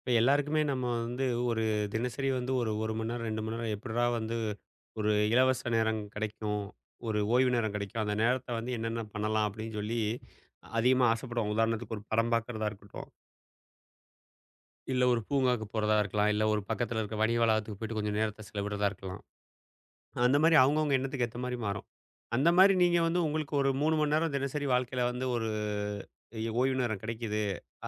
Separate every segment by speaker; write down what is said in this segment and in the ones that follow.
Speaker 1: இப்ப எல்லாருக்குமே நம்ம வந்து ஒரு தினசரி வந்து ஒரு 1 மணி நேரம், 2 மணி நேரம் எப்புட்றா வந்து ஒரு இலவச நேரம் கிடைக்கும்? ஒரு ஓய்வு நேரம் கிடைக்கும். அந்த நேரத்த வந்து என்னென்ன பண்ணலாம் அப்படின்னு சொல்லி அதிகமா ஆசைப்படுவோம். உதாரணத்துக்கு ஒரு படம் பார்க்குறதா இருக்கட்டும், இல்ல ஒரு பூங்காவுக்கு போறதா இருக்கலாம், இல்ல ஒரு பக்கத்துல இருக்க வணிக வளாகத்துக்கு போயிட்டு கொஞ்சம் நேரத்த செலவிடுறதா இருக்கலாம். அந்த மாரி அவங்கவங்க எண்ணத்துக்கு ஏத்த மாரி மாறும். அந்த மாரி நீங்க வந்து உங்களுக்கு ஒரு 3 மணி நேரம் தினசரி வாழ்க்கையில வந்து ஒரு ஓய்வு நேரம் கிடைக்குது.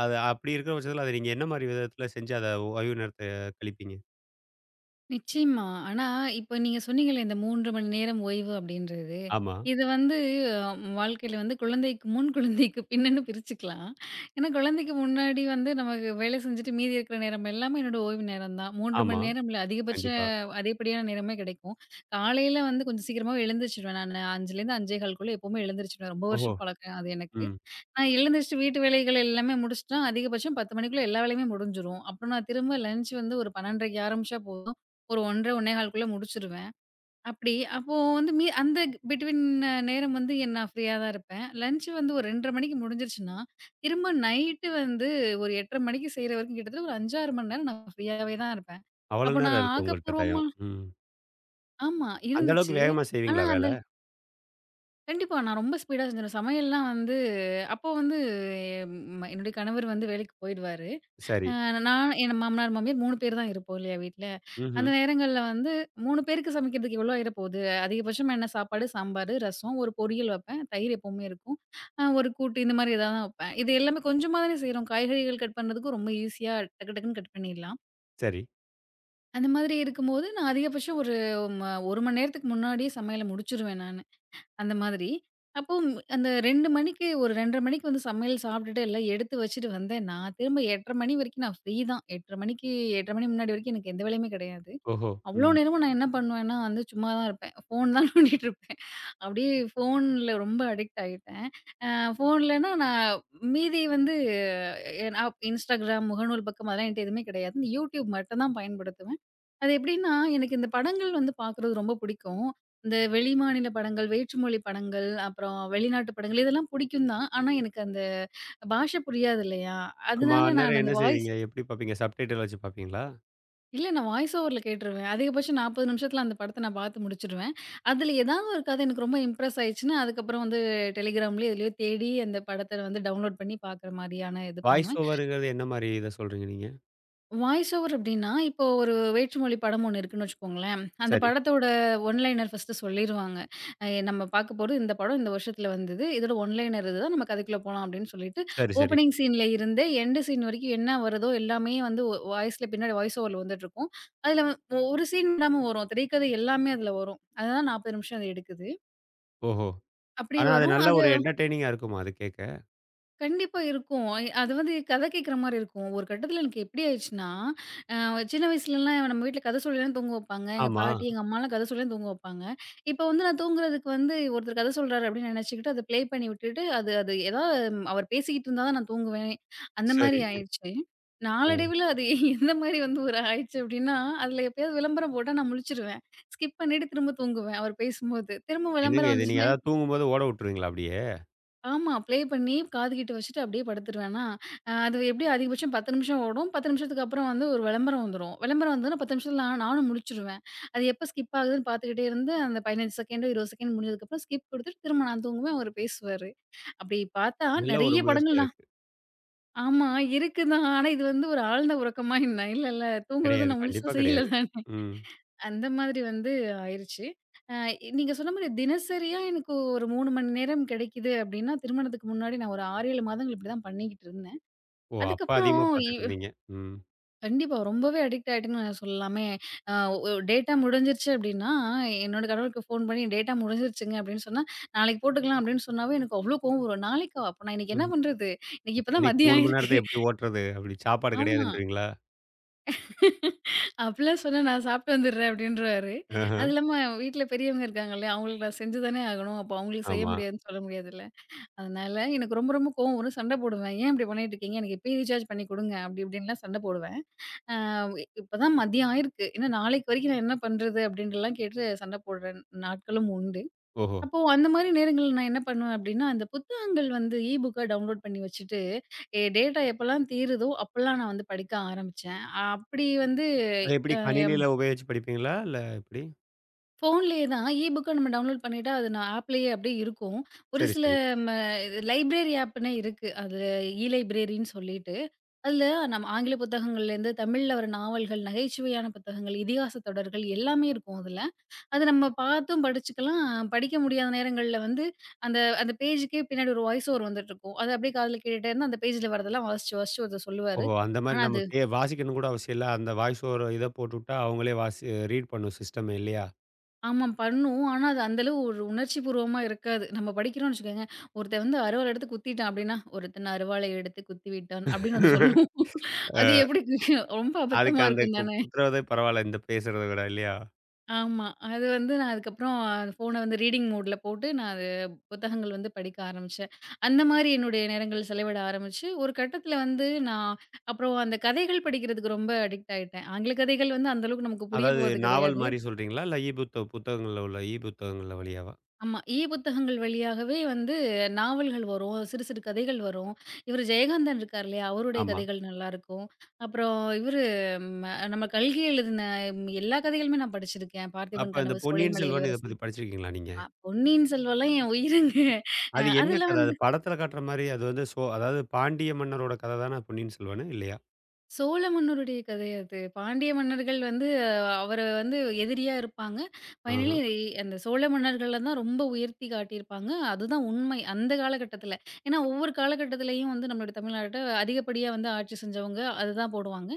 Speaker 1: அது அப்படி இருக்கிற பட்சத்துல அத நீங்க என்ன மாரி விதத்துல செஞ்சு அத ஓய்வு நேரத்த கழிப்பீங்க?
Speaker 2: நிச்சயமா. ஆனா, இப்ப நீங்க சொன்னீங்கல்ல, இந்த 3 மணி நேரம் ஓய்வு அப்படின்றது.
Speaker 1: ஆமா,
Speaker 2: இது வந்து வாழ்க்கையில வந்து குழந்தைக்கு முன், குழந்தைக்கு பின்னுன்னு பிரிச்சுக்கலாம். ஏன்னா, குழந்தைக்கு முன்னாடி வந்து நமக்கு வேலை செஞ்சுட்டு மீதி இருக்கிற நேரம் எல்லாமே என்னோட ஓய்வு நேரம் தான். 3
Speaker 1: ஆமா.
Speaker 2: மணி நேரம் இல்ல,
Speaker 1: கண்டிப்பா.
Speaker 2: அதிகப்படியான நேரமே கிடைக்கும். காலையில வந்து கொஞ்சம் சீக்கிரமாவே எழுந்திரிச்சுருவேன் நானு. 5லேருந்து 5:15க்குள்ள எப்பவுமே எழுந்திரிச்சுருவேன். ரொம்ப
Speaker 1: ஓஹோ!
Speaker 2: வருஷம் பழக்கம் அது எனக்கு.
Speaker 1: ம்.
Speaker 2: நான் எழுந்திரிச்சு வீட்டு வேலைகள் எல்லாமே முடிச்சுட்டா, அதிகபட்சம் 10 மணிக்குள்ள எல்லா வேலையுமே முடிஞ்சிரும். அப்புறம் நான் திரும்ப லஞ்ச் வந்து ஒரு 12:30க்கு ஆரம்பிச்சா போதும். ஒரு 1:30, 1:15க்குள்ள முடிச்சுருவேன். அப்படி அப்போ வந்து அந்த பிட்வீன் நேரம் வந்து நான் ஃப்ரீயா தான் இருப்பேன். லஞ்ச் வந்து ஒரு 2:30 மணிக்கு முடிஞ்சிருச்சுன்னா, திரும்ப நைட்டு வந்து ஒரு 8:30 மணிக்கு செய்ற வரைக்கும் கிட்டத்தட்ட ஒரு 5, 6 மணி நேரம் நான் ஃப்ரீயாவே தான் இருப்பேன்.
Speaker 1: அவ்வளோ
Speaker 2: அப்போ
Speaker 1: நேரம்
Speaker 2: நான்
Speaker 1: இருக்கு உங்கள்ட்ட டயம்.
Speaker 2: ஆக்கப்பூர்வமா
Speaker 1: ம்.
Speaker 2: ஆமா
Speaker 1: அந்த
Speaker 2: இருந்துச்சு.
Speaker 1: அளவுக்கு வேகமா
Speaker 2: ஆனா
Speaker 1: செய்வீங்களா
Speaker 2: அந்த
Speaker 1: வேல?
Speaker 2: கண்டிப்பா. நான் ரொம்ப ஸ்பீடா செஞ்சுருவேன். சமையல்லாம் வந்து அப்போ வந்து என்னுடைய கணவர் வந்து வேலைக்கு போயிடுவாரு.
Speaker 1: சரி.
Speaker 2: அ நான், என் மாமனார், மாமியார் 3 பேர் தான் இருப்போம் இல்லையா வீட்ல. அந்த
Speaker 1: ம்ஹ்ம்.
Speaker 2: நேரங்கள்ல வந்து 3 பேருக்கு சமைக்கிறதுக்கு எவ்வளோ ஆயிரப்போகுது. அதிகபட்சமா என்ன சாப்பாடு, சாம்பார், ரசம், ஒரு பொரியல் வைப்பேன். தயிர் எப்பவுமே இருக்கும். ஒரு கூட்டு இந்த மாதிரி ஏதாவது தான் வைப்பேன். இது எல்லாமே கொஞ்சமா தானே செய்றோம். காய்கறிகள் கட் பண்ணுறதுக்கும் ரொம்ப ஈஸியா டக்கு டக்குன்னு கட் பண்ணிடலாம்.
Speaker 1: சரி.
Speaker 2: அந்த மாதிரி இருக்கும்போது நான் அதிகபட்சம் ஒரு ம 1 மணி நேரத்துக்கு முன்னாடியே சமையல முடிச்சுருவேன் நானு. அந்த மாதிரி. அப்போ அந்த 2 மணிக்கு ஒரு 2:30 மணிக்கு வந்து சமையல் சாப்பிட்டுட்டு எல்லாம் எடுத்து வச்சுட்டு வந்தேன்னா, திரும்ப 8:30 மணி வரைக்கும் நான் ஃப்ரீ தான். 8:30 மணி முன்னாடி வரைக்கும் எனக்கு எந்த வேலையுமே கிடையாது.
Speaker 1: ஓஹோ!
Speaker 2: அவ்ளோ
Speaker 1: ம்.
Speaker 2: நேரமும் நான் என்ன பண்ணுவேன்னா வந்து சும்மா தான் இருப்பேன். ஃபோன் தான் நோண்டிட்டு இருப்பேன். அப்படியே ஃபோன்ல ரொம்ப அடிக்ட் ஆயிட்டேன். அ ஃபோன்லன்னா நான் மீதி வந்து நான் Instagram, முகநூல் பக்கம் அதெல்லாம் என்ட்ட எதுவுமே கிடையாது. இந்த YouTube மட்டும் தான் பயன்படுத்துவேன். அது எப்படின்னா, எனக்கு இந்த படங்கள் வந்து பார்க்குறது ரொம்ப பிடிக்கும். இந்த வெளிமாநில படங்கள், வேற்றுமொழி படங்கள், அப்புறம் வெளிநாட்டு படங்கள் இதெல்லாம் பிடிக்கும் தான். ஆனா எனக்கு அந்த பாஷை புரியாது இல்லையா?
Speaker 1: ஆமா,
Speaker 2: அதனால
Speaker 1: அந்நேரம்
Speaker 2: நான்
Speaker 1: என்ன
Speaker 2: அந்த வாய்ஸ்
Speaker 1: செய்வீங்க? எப்படி பார்ப்பீங்க? சப்டைட்டில் வச்சு பார்ப்பீங்களா?
Speaker 2: இல்ல நான் வாய்ஸ் ஓவர்ல கேட்டுருவேன். அதிகபட்சம் 40 நிமிஷத்துல அந்த படத்த நான் பார்த்து முடிச்சுடுவேன். அதுல ஏதாவது ஒரு கதை எனக்கு ரொம்ப இம்ப்ரெஸ் ஆயிடுச்சுன்னா, அதுக்கப்புறம் வந்து Telegramலயோ, எதுலயோ தேடி அந்த படத்த வந்து டவுன்லோட் பண்ணி பார்க்குற மாரியான இது
Speaker 1: வாய்ஸ்
Speaker 2: பண்ணுவேன்.
Speaker 1: ஓவருங்கிறது என்ன மாரி இத சொல்றீங்க நீங்க?
Speaker 2: வாய்ஸ் ஓவர் அப்டின்னா, இப்போ ஒரு வேற்றுமொழி படம் ஒண்ணு இருக்குன்னு வச்சுக்கோங்களேன். அந்த
Speaker 1: சரி.
Speaker 2: படத்தோட ஒன் லைனர் ஃபர்ஸ்ட்டு சொல்லிருவாங்க. நம்ம பார்க்க போறது இந்த படம் இந்த வருஷத்துல வந்தது. இதோட ஒன் லைனர் இதுதான். நம்ம கதைக்குள்ள போலாம் அப்டின்னு சொல்லிட்டு,
Speaker 1: சரி, சரி.
Speaker 2: ஓப்பனிங் சீன்ல இருந்து எண்டு சீன் வரைக்கும் என்ன வருதோ எல்லாமே வந்து ஒ வாய்ஸ்ல பின்னாடி வாய்ஸ் ஓவர்ல வந்துட்டுருக்கும். அதுல வ ஒரு சீன் விடாம வரும். திரைக்கதை எல்லாமே அதுல வரும். அதுதான் 40 நிமிஷம் அது எடுக்குது.
Speaker 1: ஓஹோ!
Speaker 2: அப்படி
Speaker 1: ஆனா அது
Speaker 2: வரும்.
Speaker 1: நல்ல
Speaker 2: அது
Speaker 1: ஒரு என்டர்டெய்னிங்கா இருக்குமா அது கேட்க?
Speaker 2: கண்டிப்பா இருக்கும். அது வந்து கதை கேட்கிற மாரி இருக்கும். ஒரு கட்டத்தில எனக்கு எப்படி ஆயிடுச்சுன்னா, அ சின்ன வயசுலலாம் நம்ம வீட்ல கதை சொல்லி தான் தூங்க வைப்பாங்க. எங்க
Speaker 1: ஆமா.
Speaker 2: பாட்டி, எங்க அம்மாலாம் கதை சொல்லி தான் தூங்க வைப்பாங்க. இப்போ வந்து நான் தூங்குறதுக்கு வந்து ஒருத்தர் கதை சொல்றாரு அப்படின்னு நினச்சுக்கிட்டு, அத ப்ளே பண்ணி விட்டுட்டு, அது அது ஏதாவது அவர் பேசிக்கிட்டு இருந்தா தான் நான் தூங்குவேன். அந்த
Speaker 1: சரி.
Speaker 2: மாரி ஆயிடுச்சு.
Speaker 1: ம்.
Speaker 2: நாளடைவில அது எந்த மாரி வந்து ஒரு ஆயிடுச்சு அப்படின்னா, அதில எப்பயாவது விளம்பரம் போட்டா நான் முழிச்சுருவேன். ஸ்கிப் பண்ணிட்டு திரும்ப தூங்குவேன் அவர் பேசும்போது. திரும்ப
Speaker 1: என்னங்க
Speaker 2: விளம்பரம்
Speaker 1: இது? நீங்க
Speaker 2: வந்துச்சுன்னா
Speaker 1: அதாவது தூங்கும்போது ஓட விட்டுருவீங்களா அப்படியே?
Speaker 2: ஆமா. ப்ளே பண்ணி காது கிட்ட வச்சுட்டு அப்படியே படுத்துருவேனா, அது எப்படி அதிகபட்சம் 10 நிமிஷம் ஓடும். 10 நிமிஷத்துக்கு அப்புறம் வந்து ஒரு விளம்பரம் வந்துரும். விளம்பரம் வந்தோன 10 நிமிஷத்துல நானும் முழிச்சுருவேன். அது எப்போ ஸ்கிப் ஆகுதுன்னு பார்த்துக்கிட்டே இருந்து அந்த 15 செகண்டோ, 20 செகண்ட் முடிஞ்சதுக்கப்புறம் ஸ்கிப் குடுத்துட்டு திரும்ப நான் தூங்குவேன். அவரு பேசுவாரு. அப்படி பார்த்தா
Speaker 1: நல்ல ஒரு
Speaker 2: நெறைய
Speaker 1: முயற்சியா
Speaker 2: படங்கள் நான்
Speaker 1: இருக்கு.
Speaker 2: ஆமா இருக்குதான். ஆனா இது வந்து ஒரு ஆழ்ந்த உறக்கமா என்ன? இல்லல்ல தூங்குறது
Speaker 1: கிடையாது.
Speaker 2: நான் முழுசா
Speaker 1: கண்டிப்பா
Speaker 2: செய்யல
Speaker 1: கிடையாது.
Speaker 2: தானே.
Speaker 1: ம்.
Speaker 2: அந்த மாதிரி வந்து ஆயிருச்சு. அ நீங்க சொன்ன மாரி தினசரியா எனக்கு ஒரு 3 மணி நேரம் கிடைக்குது அப்படின்னா, திருமணத்துக்கு முன்னாடி நான் ஒரு 6, 7 மாதங்கள் இப்படிதான் பண்ணிக்கிட்டு இருந்தேன்.
Speaker 1: ஓ! அப்ப
Speaker 2: அதுக்கப்புறம்
Speaker 1: அதிகமா
Speaker 2: இ
Speaker 1: பார்த்துட்டு இருந்தீங்க. ம்.
Speaker 2: கண்டிப்பா ரொம்பவே அடிக்ட் ஆயிட்டேன்னு சொல்லலாமே. அ ஒ டேட்டா முடிஞ்சிருச்சு அப்படின்னா, என்னோட கணவருக்கு ஃபோன் பண்ணி டேட்டா முடிஞ்சிருச்சுங்க அப்படின்னு சொன்னா, நாளைக்கு போட்டுக்கலாம் அப்படின்னு சொன்னாவே எனக்கு அவ்ளோ கோவம் வரும். நாளைக்கா? அப்ப நான் இன்னைக்கு என்ன
Speaker 1: ம்.
Speaker 2: பண்றது? இன்னைக்கு
Speaker 1: அப்ப
Speaker 2: இப்பதான்
Speaker 1: இன்னைக்கு
Speaker 2: மதியம்
Speaker 1: 3 மணி
Speaker 2: ஆயிருக்கு.
Speaker 1: நேரத்த எப்படி ஓட்டுறது? அப்படி சாப்பாடு
Speaker 2: ஆமா.
Speaker 1: கிடையாதுன்றீங்களா?
Speaker 2: அப்படிலாம் சொன்னா நான் சாப்பிட்டு வந்துடுறேன் அப்படின்றுவாரு.
Speaker 1: ஆஹா.
Speaker 2: அது இல்லாம வீட்ல பெரியவங்க இருக்காங்க இல்லையா? அவங்களுக்கு நான் செஞ்சு தானே ஆகணும். அப்போ அவங்களுக்கு செய்ய
Speaker 1: ஆமா.
Speaker 2: முடியாதுன்னு சொல்ல முடியாதுல்ல. அதனால எனக்கு ரொம்ப ரொம்ப கோவம் வரும். சண்டை போடுவேன். "ஏன் இப்படி பண்ணிட்டு இருக்கீங்க? எனக்கு இப்பயே ரீசார்ஜ் பண்ணி குடுங்க." அப்படி இப்படின்லாம் சண்டை போடுவேன். அ இப்ப தான் மதியம் ஆயிருக்கு. ஏன்னா நாளைக்கு வரைக்கும் நான் என்ன பண்றது? அப்படின்ட்டுலாம் கேட்டு சண்டை போடுற நாட்களும் உண்டு.
Speaker 1: ஓஹோ!
Speaker 2: அப்போ அந்த மாரி நேரங்கள்ல நான் என்ன பண்ணுவேன் அப்டின்னா, அந்த புத்தகங்கள் வந்து இ புக்கா டவுன்லோட் பண்ணி வச்சுட்டு, டேட்டா எப்பலாம் தீருதோ அப்பலாம் நான் வந்து படிக்க ஆரம்பிச்சேன். அப்படி வந்து
Speaker 1: அது எப்படி
Speaker 2: அ எம்
Speaker 1: கணினியில உபயோகிச்சு படிப்பீங்களா? இல்ல எப்படி?
Speaker 2: ஃபோன்லயே தான் இ புக்கா நம்ம டவுன்லோட் பண்ணிட்டா, அது நான் ஆப்லயே அப்படியே இருக்கும். ஒரு
Speaker 1: சரி,
Speaker 2: சில
Speaker 1: சரி.
Speaker 2: ம லைப்ரரி ஆப்னே இருக்கு. அது இ லைப்ரரின்னு சொல்லிட்டு, அதுல நம்ம ஆங்கில புத்தகங்கள்லேருந்து தமிழ்ல வர நாவல்கள், நகைச்சுவையான புத்தகங்கள், இதிகாச தொடர்கள் எல்லாமே இருக்கும் அதுல. அது நம்ம பார்த்தும் படிச்சுக்கலாம். படிக்க முடியாத நேரங்கள்ல வந்து, அந்த அந்த பேஜுக்கே பின்னாடி ஒரு வாய்ஸ் ஓவர் வந்துட்டுருக்கும். அத அப்படியே காதுல கேட்டுட்டே இருந்தா, அந்த பேஜ்ல வரதெல்லாம் வாசிச்சு, வாசிச்சு ஒருத்தர் சொல்லுவாரு.
Speaker 1: ஓஹோ! அந்த மாரி
Speaker 2: ஆனா
Speaker 1: நம்ம
Speaker 2: அது
Speaker 1: பே வாசிக்கணும் கூட அவசியம் இல்ல. அந்த வாய்ஸ் ஓவர் இத போட்டுவிட்டா அவங்களே ரீட் பண்ணும் சிஸ்டமே இல்லையா?
Speaker 2: ஆமா பண்ணும். ஆனா அது அந்த அளவு ஒரு உணர்ச்சி பூர்வமா இருக்காது. நம்ம படிக்கிறோம்னு வச்சுக்கோங்க, "ஒருத்தன் வந்து அருவாள் எடுத்து குத்திட்டான்" அப்படின்னா, "ஒருத்தன் அருவாளை எடுத்து குத்திவிட்டான்" அப்படின்னு அது சொல்லும். அது எப்படி இருக்கு? ரொம்ப
Speaker 1: அதுக்கு
Speaker 2: அபத்தமா
Speaker 1: அந்த
Speaker 2: இருக்கும் தானே!
Speaker 1: குத்துறதே பரவால்ல. இந்த பேசுறத விட இல்லையா?
Speaker 2: ஆமா. அது வந்து நான் அதுக்கப்புறம் அந்த ஃபோன வந்து ரீடிங் மோட்ல போட்டு நான் அது புத்தகங்கள் வந்து படிக்க ஆரம்பிச்சேன். அந்த மாரி என்னுடைய நேரங்கள் செலவிட ஆரம்பிச்சு, ஒரு கட்டத்தில வந்து நான் அப்புறம் அந்த கதைகள் படிக்கிறதுக்கு ரொம்ப அடிக்ட் ஆயிட்டேன். ஆங்கில கதைகள் வந்து அந்த அளவுக்கு நமக்கு புரிய
Speaker 1: அதாவது
Speaker 2: போறது
Speaker 1: நாவல்
Speaker 2: கிடையாது.
Speaker 1: மாரி சொல்றீங்களா? இல்ல இ புத்த புத்தகங்கள்ல உள்ள இ புத்தகங்கள்ல வழியாவா?
Speaker 2: ஆமா. இ புத்தகங்கள் வழியாகவே வந்து நாவல்கள் வரும். சிறு சிறு கதைகள் வரும். இவரு ஜெயகாந்தன் இருக்கார் இல்லையா? அவருடைய
Speaker 1: ஆமா.
Speaker 2: கதைகள் நல்லாயிருக்கும். அப்புறம் இவரு நம்ம கல்கி எழுதின எல்லா கதைகளுமே நான் படிச்சிருக்கேன். பார்த்திபன்
Speaker 1: அப்ப இந்த
Speaker 2: கனவு,
Speaker 1: பொன்னியின்
Speaker 2: சோலைமலை
Speaker 1: செல்வன் இத
Speaker 2: இளவரசி
Speaker 1: பத்தி படிச்சிருக்கீங்களா நீங்க?
Speaker 2: பொன்னியின் செல்வன்லாம் என் உயிருங்க.
Speaker 1: அது என்ன
Speaker 2: அதெல்லாம்
Speaker 1: கதை? அது
Speaker 2: வந்து
Speaker 1: படத்துல காட்டுற மாரி அது வந்து சோ அதாவது பாண்டிய மன்னரோட கதை தான பொன்னியின் செல்வனு? இல்லையா?
Speaker 2: சோழ மன்னருடைய கதை அது. பாண்டிய மன்னர்கள் வந்து அவர வந்து எதிரியா இருப்பாங்க. ஃபைனலி
Speaker 1: ஆஹ.
Speaker 2: அந்த சோழ மன்னர்கள தான் ரொம்ப உயர்த்தி காட்டியிருப்பாங்க. அதுதான் உண்மை அந்த காலகட்டத்தில. ஏன்னா ஒவ்வொரு காலகட்டத்திலயும் வந்து நம்மளுடைய தமிழ்நாட்ட அதிகப்படியா வந்து ஆட்சி செஞ்சவங்க அதுதான் போடுவாங்க.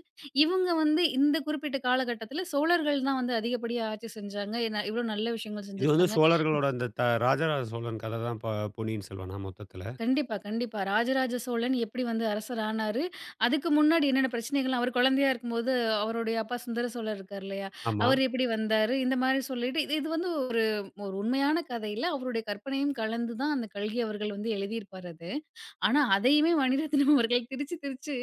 Speaker 2: இவங்க வந்து இந்த குறிப்பிட்ட காலகட்டத்தில சோழர்கள் தான் வந்து அதிகப்படியா ஆட்சி செஞ்சாங்க. ஏன்னா இவ்ளோ நல்ல விஷயங்கள்
Speaker 1: இது வந்து
Speaker 2: செஞ்சிருக்காங்க.
Speaker 1: சோழர்களோட அந்த ராஜராஜ சோழன் கதை தான் பொன்னியின் செல்வனா மொத்தத்துல?
Speaker 2: கண்டிப்பா, கண்டிப்பா. ராஜராஜ சோழன் எப்படி வந்து அரசர் ஆனாரு? அதுக்கு முன்னாடி என்னென்ன பிரச்சனைகள்லாம் அவர் குழந்தையா இருக்கும்போது, அவருடைய அப்பா சுந்தர சோழர் இருக்கார் இல்லையா?
Speaker 1: ஆமா.
Speaker 2: அவர் எப்படி வந்தாரு? இந்த மாரி சொல்லிட்டு, இது இது வந்து ஒரு ஒரு உண்மையான கதை இல்ல. அவருடைய கற்பனையும் கலந்து தான் அந்த கல்கி அவர்கள் வந்து எழுதியிருப்பார் அது. ஆனா, அதையுமே மணிரத்னம் அவர்கள் திரிச்சு, திரிச்சு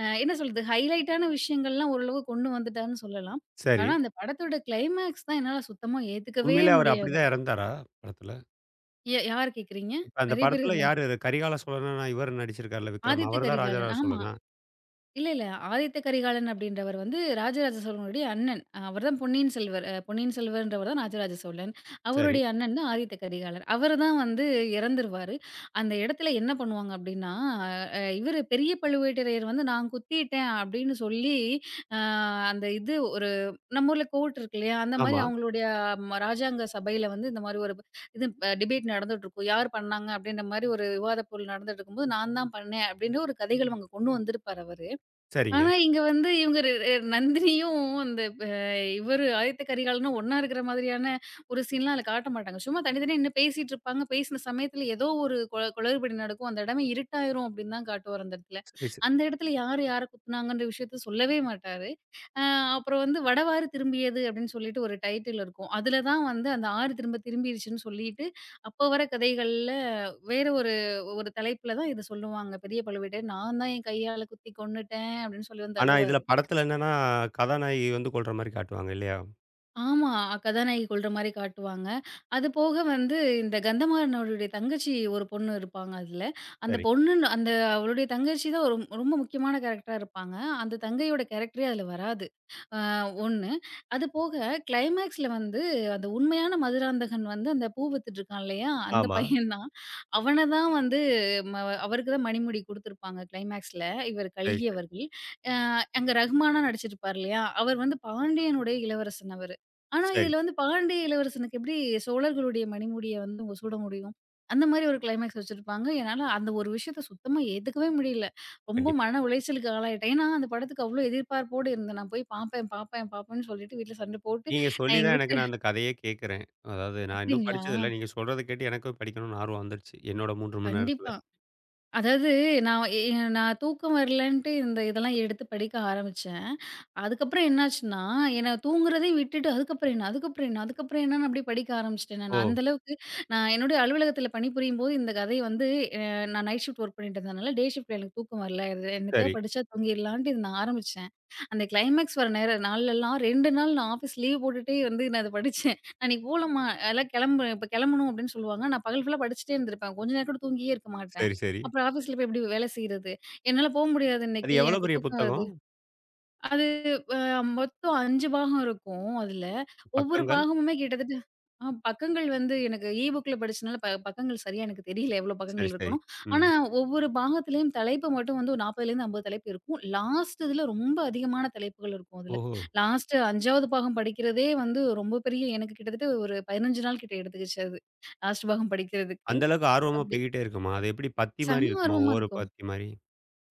Speaker 2: என்ன சொல்றது? ஹைலைட்டான விஷயங்கள்லாம் ஓரளவு கொண்டு வந்துட்டார்ன்னு சொல்லலாம்.
Speaker 1: சரி.
Speaker 2: ஆனா, அந்த படத்தோட கிளைமாக்ஸ் தான் என்னால சுத்தமா ஏத்துக்கவே
Speaker 1: உண்மையிலே அவர்
Speaker 2: முடியாது.
Speaker 1: அப்படிதான் இறந்தாரா படத்துல?
Speaker 2: யார கேட்கிறீங்க?
Speaker 1: இப்ப அந்த
Speaker 2: நெறைய பேர்
Speaker 1: படத்துல
Speaker 2: இருந்தாங்க.
Speaker 1: யாரு அது கரிகால சோழனா இவர் நடிச்சிருக்கார்ல விக்ரம்.
Speaker 2: ஆதித்த
Speaker 1: அவர் தான்
Speaker 2: கரிகாலன்.
Speaker 1: ராஜராஜ
Speaker 2: ஆமா.
Speaker 1: சோழனா?
Speaker 2: இல்ல, இல்ல. ஆதித்த கரிகாலன் அப்படின்றவர் வந்து ராஜராஜ சோழனுடைய அண்ணன். அவர் தான் பொன்னியின் செல்வர். பொன்னியின் செல்வர்ன்றவர் தான் ராஜராஜ சோழன்.
Speaker 1: சரி.
Speaker 2: அவருடைய அண்ணன் தான் ஆதித்த கரிகாலர். அவரு தான் வந்து இறந்துருவாரு. அந்த இடத்துல என்ன பண்ணுவாங்க அப்படின்னா, இவரு பெரிய பழுவேட்டரையர் வந்து நான் குத்திட்டேன் அப்படின்னு சொல்லி, அ அந்த இது ஒரு நம்ம ஊர்ல கோர்ட் இருக்கு இல்லையா? அந்த மாரி
Speaker 1: ஆமா.
Speaker 2: அவங்களுடைய ராஜாங்க சபையில வந்து இந்த மாரி ஒரு இது அ டிபேட் நடந்துட்டுருக்கும். யார் பண்ணாங்க அப்படின்ற மாரி ஒரு விவாத பொருள் நடந்துட்டுருக்கும்போது, நான் தான் பண்ணேன் அப்படின்னு ஒரு கதைகள் அங்க கொண்டு வந்திருப்பார் அவரு.
Speaker 1: சரிங்க.
Speaker 2: ஆனா, இங்க வந்து இவங்க ரெ ரெ நந்தினியும் அந்த ப இவரு ஆதித்த கரிகாலனும் ஒண்ணா இருக்கிற மாதிரியான ஒரு சீன்லாம் அதுல காட்ட மாட்டாங்க. சும்மா தனித்தனியா நின்னு பேசிட்டு இருப்பாங்க. பேசின சமயத்துல ஏதோ ஒரு குளறுபடி நடக்கும். அந்த இடமே இருட்டாயிரும் அப்டின்னு தான் காட்டுவாரு அந்த இடத்துல.
Speaker 1: சரி, சரி.
Speaker 2: அந்த இடத்துல யாரு யார குத்துனாங்கன்ற விஷயத்த சொல்லவே மாட்டாரு. அ அப்புறம் வந்து "வடவாறு திரும்பியது" அப்டின்னு சொல்லிட்டு ஒரு டைட்டில் இருக்கும். அதுல தான் வந்து அந்த ஆறு திரும்ப திரும்பிருச்சுன்னு சொல்லிட்டு, அப்ப வர கதைகள்ல வேற ஒரு ஒரு தலைப்புல தான் இது சொல்லுவாங்க. பெரிய பழுவேட்டர் நான் தான் என் கையால குத்தி கொன்னுட்டேன் அப்படின்னு சொல்லி வந்து
Speaker 1: ஆனா இதுல
Speaker 2: அழுவாரு.
Speaker 1: படத்துல என்னன்னா, கதாநாயகி வந்து கொல்ற மாரி காட்டுவாங்க இல்லையா?
Speaker 2: ஆமா. கதாநாயகி கொல்ற மாரி காட்டுவாங்க. அது போக வந்து இந்த கந்தமாறனோடைய தங்கச்சி ஒரு பொண்ணு இருப்பாங்க அதுல. அந்த
Speaker 1: சரி.
Speaker 2: பொண்ணுன்னு அந்த அவளுடைய தங்கச்சி தான் ரொம்ப முக்கியமான கேரக்டரா இருப்பாங்க. அந்த தங்கையோட கேரக்டரே அதுல வராது. ஆ 1. அது போக கிளைமேக்ஸ்ல வந்து அந்த உண்மையான மதுராந்தகன் வந்து அந்த பூ வித்துட்டுருக்கான் இல்லையா? அந்த
Speaker 1: ஆமா.
Speaker 2: பையன் தான். அவன தான் வந்து ம அவருக்கு தான் மணிமுடி குடுத்துருப்பாங்க கிளைமேக்ஸ்ல. இவர்
Speaker 1: சரி,
Speaker 2: கல்கி
Speaker 1: சரி.
Speaker 2: அவர்கள். அ அங்க ரஹ்மானா நடிச்சிருப்பார் இல்லையா? அவர் வந்து பாண்டியனுடைய இளவரசன் அவரு. ஆனா,
Speaker 1: சரி.
Speaker 2: இதுல வந்து பாண்டிய இளவரசனுக்கு எப்படி சோழர்களுடைய மணிமுடிய வந்து அவங்க சூட முடியும்? அந்த மாரி ஒரு கிளைமாக்ஸ் வச்சிருப்பாங்க. என்னால அந்த ஒரு விஷயத்த சுத்தமா ஏத்துக்கவே முடியல. ரொம்ப
Speaker 1: கண்டிப்பா.
Speaker 2: மன உளைச்சலுக்கு ஆளாயிட்டேன். ஏன்னா, அந்த படத்துக்கு அவ்ளோ எதிர்பார்ப்போடு இருந்தேன். நான் போய் பாப்பேன், பாப்பேன், பாப்பேன்னு சொல்லிட்டு வீட்ல சண்டை போட்டு
Speaker 1: நீங்க சொல்லி
Speaker 2: நான் எங்க
Speaker 1: தான் எனக்கு
Speaker 2: வீட்டுக்கார
Speaker 1: நான் அந்த கதையே கேட்கிறேன். அதாவது நான் இன்னும்
Speaker 2: அப்படிங்களா?
Speaker 1: படிச்சதில்ல. நீங்க சொல்றத கேட்டு எனக்கும் படிக்கணும்னு ஆர்வம் வந்துருச்சு. என்னோட 3 மணி நேரத்தில.
Speaker 2: கண்டிப்பா. அதாவது நான் எ எ நான் தூக்கம் வரலன்ட்டு இந்த இதெல்லாம் எடுத்து படிக்க ஆரம்பிச்சேன். அதுக்கப்புறம் என்னாச்சுன்னா, என்ன தூங்குறதே விட்டுட்டு அதுக்கப்புறம் என்ன, அதுக்கப்புறம் என்ன, அதுக்கப்புறம் என்னன்னு அப்படியே படிக்க ஆரம்பிச்சுட்டேன் நானு.
Speaker 1: ஓ!
Speaker 2: அந்த அளவுக்கு நான் என்னுடைய அலுவலகத்தில பணிபுரியும்போது இந்த கதை வந்து அ நான் நைட் ஷிஃப்ட் ஒர்க் பண்ணிட்டு இருந்ததுனால, டே ஷிஃப்ட்ல எனக்கு தூக்கம் வரல. இது என்னத்தையோ
Speaker 1: சரி,
Speaker 2: படிச்சா தூங்கிடலான்ட்டு இத நான் ஆரம்பிச்சேன். அந்த கிளைமேக்ஸ் வர நேர நாள்லலாம் 2 நாள் நான் ஆஃபீஸ் லீவ் போட்டுட்டே வந்து நான் அத படிச்சேன். "அன்னைக்கு போலமா எல்லாம் கிளம்பு இப்ப கிளம்பணும்" அப்படின்னு சொல்லுவாங்க. நான் பகல் ஃபுல்லா படிச்சுட்டே இருந்திருப்பேன். கொஞ்ச நேரம் கூட தூங்கியே இருக்க மாட்டேன்.
Speaker 1: சரி, சரி.
Speaker 2: அப்புறம் ஆஃபீஸ்ல போய் எப்படி வேலை செய்றது? "என்னால போ முடியாது
Speaker 1: அது
Speaker 2: இன்னைக்கு.
Speaker 1: எவ்வளோ
Speaker 2: எனக்கு
Speaker 1: பெரிய
Speaker 2: தூக்கம் வருது."
Speaker 1: புத்தகம்?
Speaker 2: அது அ மொத்தம் 5 பாகம் இருக்கும் அதுல. ஒவ்வொரு
Speaker 1: பக்கங்கள்?
Speaker 2: பாகமுமே கிட்டத்தட்ட பக்கங்கள் வந்து எனக்கு இ புக்ல படிச்சனால பக்கங்கள் சரியா எனக்கு தெரியல எவ்வளோ
Speaker 1: சரி,
Speaker 2: பக்கங்கள்
Speaker 1: சரி.
Speaker 2: இருக்கும்னு.
Speaker 1: ம்.
Speaker 2: ஆனா ஒவ்வொரு பாகத்திலயும் தலைப்பு மட்டும் வந்து ஒரு 40லேருந்து 50 தலைப்பு இருக்கும். லாஸ்ட் இதுல ரொம்ப அதிகமான தலைப்புகள் இருக்கும் அதுல.
Speaker 1: ஓஹோ!
Speaker 2: லாஸ்ட் 5வது பாகம் படிக்கிறதே வந்து ரொம்ப பெரிய எனக்கு கிட்டத்தட்ட ஒரு 15 நாள் கிட்ட எடுத்துக்கிச்சு அது. லாஸ்ட் பாகம் படிக்கிறதுக்கு.
Speaker 1: அந்த அளவுக்கு ஆர்வமா
Speaker 2: அப்படி.
Speaker 1: போய்க்கிட்டே இருக்குமா? அது எப்படி பத்தி மாரி
Speaker 2: செம்ம
Speaker 1: இருக்குமா?
Speaker 2: ஆர்வமா
Speaker 1: ஒவ்வொரு
Speaker 2: இருக்கும்.
Speaker 1: பத்தி மாரி?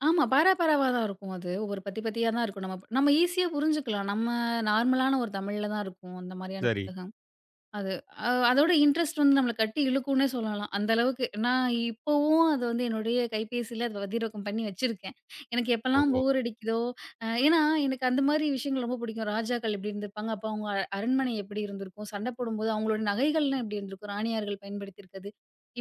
Speaker 2: ஆமா. பாரா பாராவா தான் இருக்கும் அது. ஒரு பத்தி பத்தியா தான் இருக்கும். நம்ம நம்ம ஈஸியா புரிஞ்சுக்கலாம். நம்ம நார்மலான ஒரு தமிழ்ல தான் இருக்கும். அந்த மாரியான
Speaker 1: சரி.
Speaker 2: புத்தகங்கள். அது அ அதோட இன்ட்ரெஸ்ட் வந்து நம்மள கட்டி இழுக்கும்னே சொல்லலாம். அந்த அளவுக்கு நான் இப்பவும் அது வந்து என்னுடைய கைபேசியில அத பதிவிறக்கம் பண்ணி வச்சிருக்கேன். எனக்கு எப்பலாம்
Speaker 1: ஓஹோ!
Speaker 2: போர் அடிக்குதோ, ஏன்னா எனக்கு அந்த மாரி விஷயங்கள் ரொம்ப பிடிக்கும். ராஜாக்கள் எப்படி இருந்திருப்பாங்க, அப்ப அவங்க அரண்மனை எப்படி இருந்திருக்கும், சண்டை போடும்போது அவங்களோட நகைகள்லாம் எப்படி இருந்திருக்கும், ராணியார்கள் பயன்படுத்தியிருக்கிறது.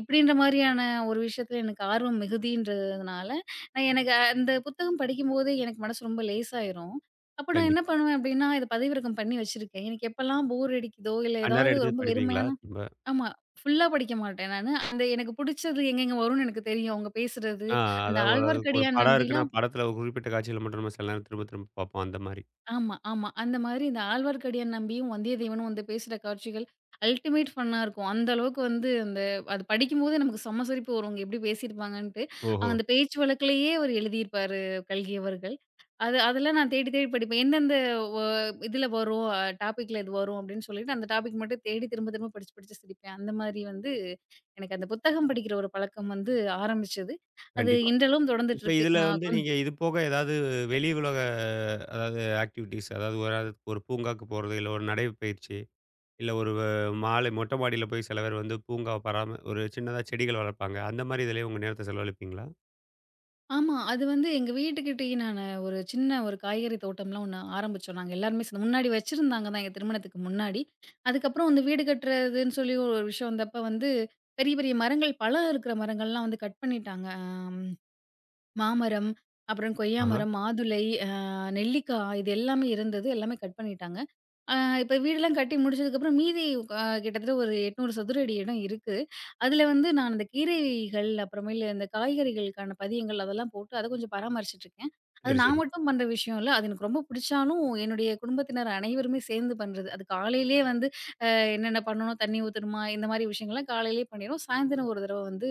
Speaker 2: இப்படின்ற மாரியான ஒரு விஷயத்துல எனக்கு ஆர்வம் மிகுதின்றதுனால, எனக்கு அந்த புத்தகம் படிக்கும்போதே எனக்கு மனசு ரொம்ப லேசாயிரும். அப்ப நான் என்ன
Speaker 1: கண்டிப்பா.
Speaker 2: பண்ணுவேன் அப்டின்னா, இத பதிவிறக்கம் பண்ணி வச்சிருக்கேன். எனக்கு எப்பலாம் போர் அடிக்குதோ, இல்ல
Speaker 1: அந்நேரம்
Speaker 2: ஏதாவது
Speaker 1: எடுத்து
Speaker 2: ரொம்ப
Speaker 1: படிப்பீங்களா
Speaker 2: வெறுமையான
Speaker 1: திரும்ப?
Speaker 2: ஆமா. ஃபுல்லா படிக்க மாட்டேன் நானு. அந்த எனக்கு புடிச்சது எங்கெங்க வரும்னு எனக்கு தெரியும். அவங்க பேசுறது,
Speaker 1: ஆ
Speaker 2: அந்த
Speaker 1: அதாவது ஒரு ஒரு
Speaker 2: ஆழ்வார்க்கடியான்
Speaker 1: படம் இருக்குன்னா,
Speaker 2: நம்பிலாம்
Speaker 1: படத்தில ஒரு குறிப்பிட்ட காட்சிகள மட்டும் நம்ம சில நேரம் திரும்ப திரும்ப பார்ப்போம் அந்த மாரி.
Speaker 2: ஆமா, ஆமா. அந்த மாதிரி இந்த ஆழ்வார்க்கடியான் நம்பியும் வந்தியத்தேவனும் வந்து பேசுற காட்சிகள் அல்டிமேட் ஃபன்னா இருக்கும். அந்த அளவுக்கு வந்து அந்த அது படிக்கும்போதே நமக்கு செம்ம சிரிப்பு வரும். இவங்க எப்படி பேசியிருப்பாங்கன்ட்டு.
Speaker 1: ஓஹோ!
Speaker 2: அவங்க அந்த பேச்சு வழக்குலயே அவர் எழுதியிருப்பாரு கல்கி அவர்கள். அது அதெல்லாம் நான் தேடி தேடி படிப்பேன். எந்தெந்த ஒ இதுல வரும் டாபிக்ல இது வரும் அப்படின்னு சொல்லிட்டு அந்த டாபிக் மட்டும் தேடி திரும்ப திரும்ப படிச்சு படிச்சு சிரிப்பேன். அந்த மாதிரி வந்து எனக்கு அந்த புத்தகம் படிக்கிற ஒரு பழக்கம் வந்து ஆரம்பிச்சது. அது
Speaker 1: கண்டிப்பா.
Speaker 2: இன்றளவும் தொடர்ந்துட்டு
Speaker 1: இப்ப
Speaker 2: இருக்கு.
Speaker 1: இதுல
Speaker 2: நான்
Speaker 1: வந்து
Speaker 2: கொஞ்
Speaker 1: நீங்க இது போக ஏதாவது வெளி உலக அதாவது ஆக்டிவிட்டீஸ் அதாவது ஒரு அது ஒரு பூங்காக்கு போறது, இல்ல ஒரு நடைப்பயிற்சி, இல்ல ஒரு மாலை மொட்டை மாடியில போய் சில பேர் வந்து பூங்காவ பராம ஒரு சின்னதா செடிகள் வளர்ப்பாங்க. அந்த மாரி இதுலயும் உங்க நேரத்த செலவழிப்பீங்களா?
Speaker 2: ஆமா. அது வந்து எங்க வீட்டுக்கிட்டயே நானு ஒரு சின்ன ஒரு காய்கறி தோட்டம்லாம் ஒண்ணு ஆரம்பிச்சோம். நாங்க எல்லாருமே சேர்ந்து முன்னாடி வச்சிருந்தாங்க தான் எங்க திருமணத்துக்கு முன்னாடி. அதுக்கப்புறம் வந்து வீடு கட்டுறதுன்னு சொல்லி ஒரு விஷயம் வந்தப்ப வந்து பெரிய, பெரிய மரங்கள் பழம் இருக்கிற மரங்கள்லாம் வந்து கட் பண்ணிட்டாங்க. மாமரம், அப்புறம் கொய்யா
Speaker 1: ஆஹா.
Speaker 2: மரம், மாதுளை, நெல்லிக்காய் இது எல்லாமே இருந்தது. எல்லாமே கட் பண்ணிட்டாங்க. ஆ இப்ப வீடெல்லாம் கட்டி முடிச்சதுக்கப்புறம் மீதி கிட்டத்தட்ட ஒரு 800 சதுர அடி இடம் இருக்கு. அதுல வந்து நான் அந்த கீரைகள், அப்புறமேலு இந்த காய்கறிகளுக்கான பதியங்கள் அதெல்லாம் போட்டு அத கொஞ்சம் பராமரிச்சுட்டுருக்கேன். அது
Speaker 1: சரி,
Speaker 2: நான்
Speaker 1: சரி.
Speaker 2: மட்டும் பண்ற விஷயம் இல்ல. அது எனக்கு ரொம்ப பிடிச்சாலும், என்னுடைய குடும்பத்தினர் அனைவருமே சேர்ந்து பண்றது. அது காலையிலேயே வந்து அ என்னென்ன பண்ணணும், தண்ணி ஊத்தணுமா இந்த மாரி விஷயங்கள்லாம் காலையிலேயே பண்ணிருவோம். சாயந்தரம் ஒரு தடவ வந்து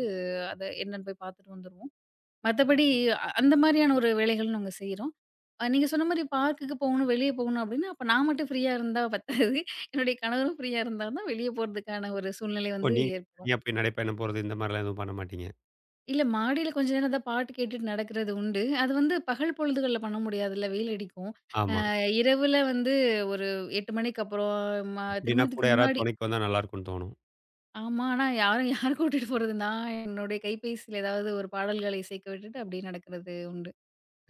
Speaker 2: அத என்னன்னு போய் பார்த்துட்டு வந்துருவோம். மத்தபடி அந்த மாரியான ஒரு வேலைகள் நாங்க செய்றோம். நீங்க சொன்ன மாரி பார்க்குக்கு போகணும், வெளிய போகணும் அப்டின்னா, அப்ப நான் மட்டும் ஃப்ரீயா இருந்தா பத்தாது. என்னுடைய கணவரும் ஃப்ரீயா இருந்தா தான் வெளிய போறதுக்கான ஒரு சூழ்நிலை
Speaker 1: ஓ!
Speaker 2: வந்து
Speaker 1: நீங்க
Speaker 2: ஏற்படும்.
Speaker 1: தனியா போய் நடைப்பயணம் போறது இந்த மாரிலாம் எதுவும் பண்ண மாட்டீங்க.
Speaker 2: இல்ல மாடியில கொஞ்ச நேரம் ஏதாவது பாட்டு கேட்டுட்டு நடக்கிறது உண்டு. அது வந்து பகல் பொழுதுகள்ல பண்ண முடியாதுல்ல வெயில் அடிக்கும். அ
Speaker 1: ஆமா.
Speaker 2: இரவுல வந்து ஒரு 8 மணிக்கு அப்புறம் ம
Speaker 1: அப்படின்னா கூட
Speaker 2: திருமணத்துக்கு
Speaker 1: யாராவது
Speaker 2: முன்னாடி
Speaker 1: துணைக்கு வந்தா நல்லா இருக்கும்னு தோணும்.
Speaker 2: ஆமா. ஆனா யாரும் யார கூட்டிட்டு போறது? நான் என்னுடைய கைபேசியில ஏதாவது ஒரு பாடல்களை இசைக்க விட்டுட்டு அப்டியே நடக்கிறது உண்டு.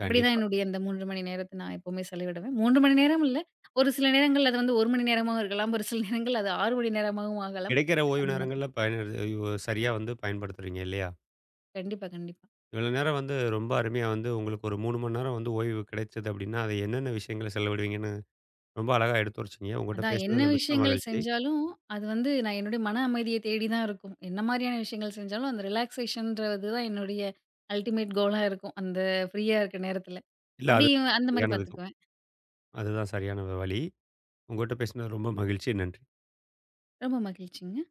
Speaker 2: அப்படிதான்
Speaker 1: கண்டிப்பா.
Speaker 2: என்னுடைய இந்த 3 மணி நேரத்த நான் எப்பவுமே செலவிடுவேன். 3 மணி நேரம் இல்ல. ஒரு சில நேரங்கள் அது வந்து 1 மணி நேரமாவும் இருக்கலாம். ஒரு சில நேரங்கள் அது 6 மணி நேரமாகவும் ஆகலாம்.
Speaker 1: கிடைக்கிற ஓய்வு
Speaker 2: அந்த மாரி.
Speaker 1: நேரங்கள்ல பயன் சரியா வந்து பயன்படுத்துறீங்க இல்லையா?
Speaker 2: கண்டிப்பா, கண்டிப்பா.
Speaker 1: இவ்வளோ நேரம் வந்து ரொம்ப அருமையா வந்து உங்களுக்கு ஒரு 3 மணி நேரம் வந்து ஓய்வு கிடைச்சது அப்படின்னா, அது என்னென்ன விஷயங்கள செலவிடுவீங்கன்னு ரொம்ப அழகா எடுத்துரைச்சீங்க. உங்கட்ட
Speaker 2: அதான் என்ன
Speaker 1: பேசினதில மிக்க
Speaker 2: விஷயங்கள்
Speaker 1: மகிழ்ச்சி.
Speaker 2: செஞ்சாலும், அது வந்து நான் என்னுடைய மன அமைதிய தேடி தான் இருக்கும். என்ன மாரியான விஷயங்கள் செஞ்சாலும், அந்த ரிலாக்சேஷன்றது தான் என்னுடைய அல்டிமேட் கோலா இருக்கும். அந்த ஃப்ரீயா இருக்க நேரத்துல.
Speaker 1: இல்ல
Speaker 2: அப்படி
Speaker 1: அது
Speaker 2: அந்த மாரி
Speaker 1: சரியான விதம்.
Speaker 2: பார்த்துக்குவேன்.
Speaker 1: அதுதான் சரியான வழி. உங்கட்ட பேசினது ரொம்ப மகிழ்ச்சி. நன்றி.
Speaker 2: ரொம்ப மகிழ்ச்சிங்க.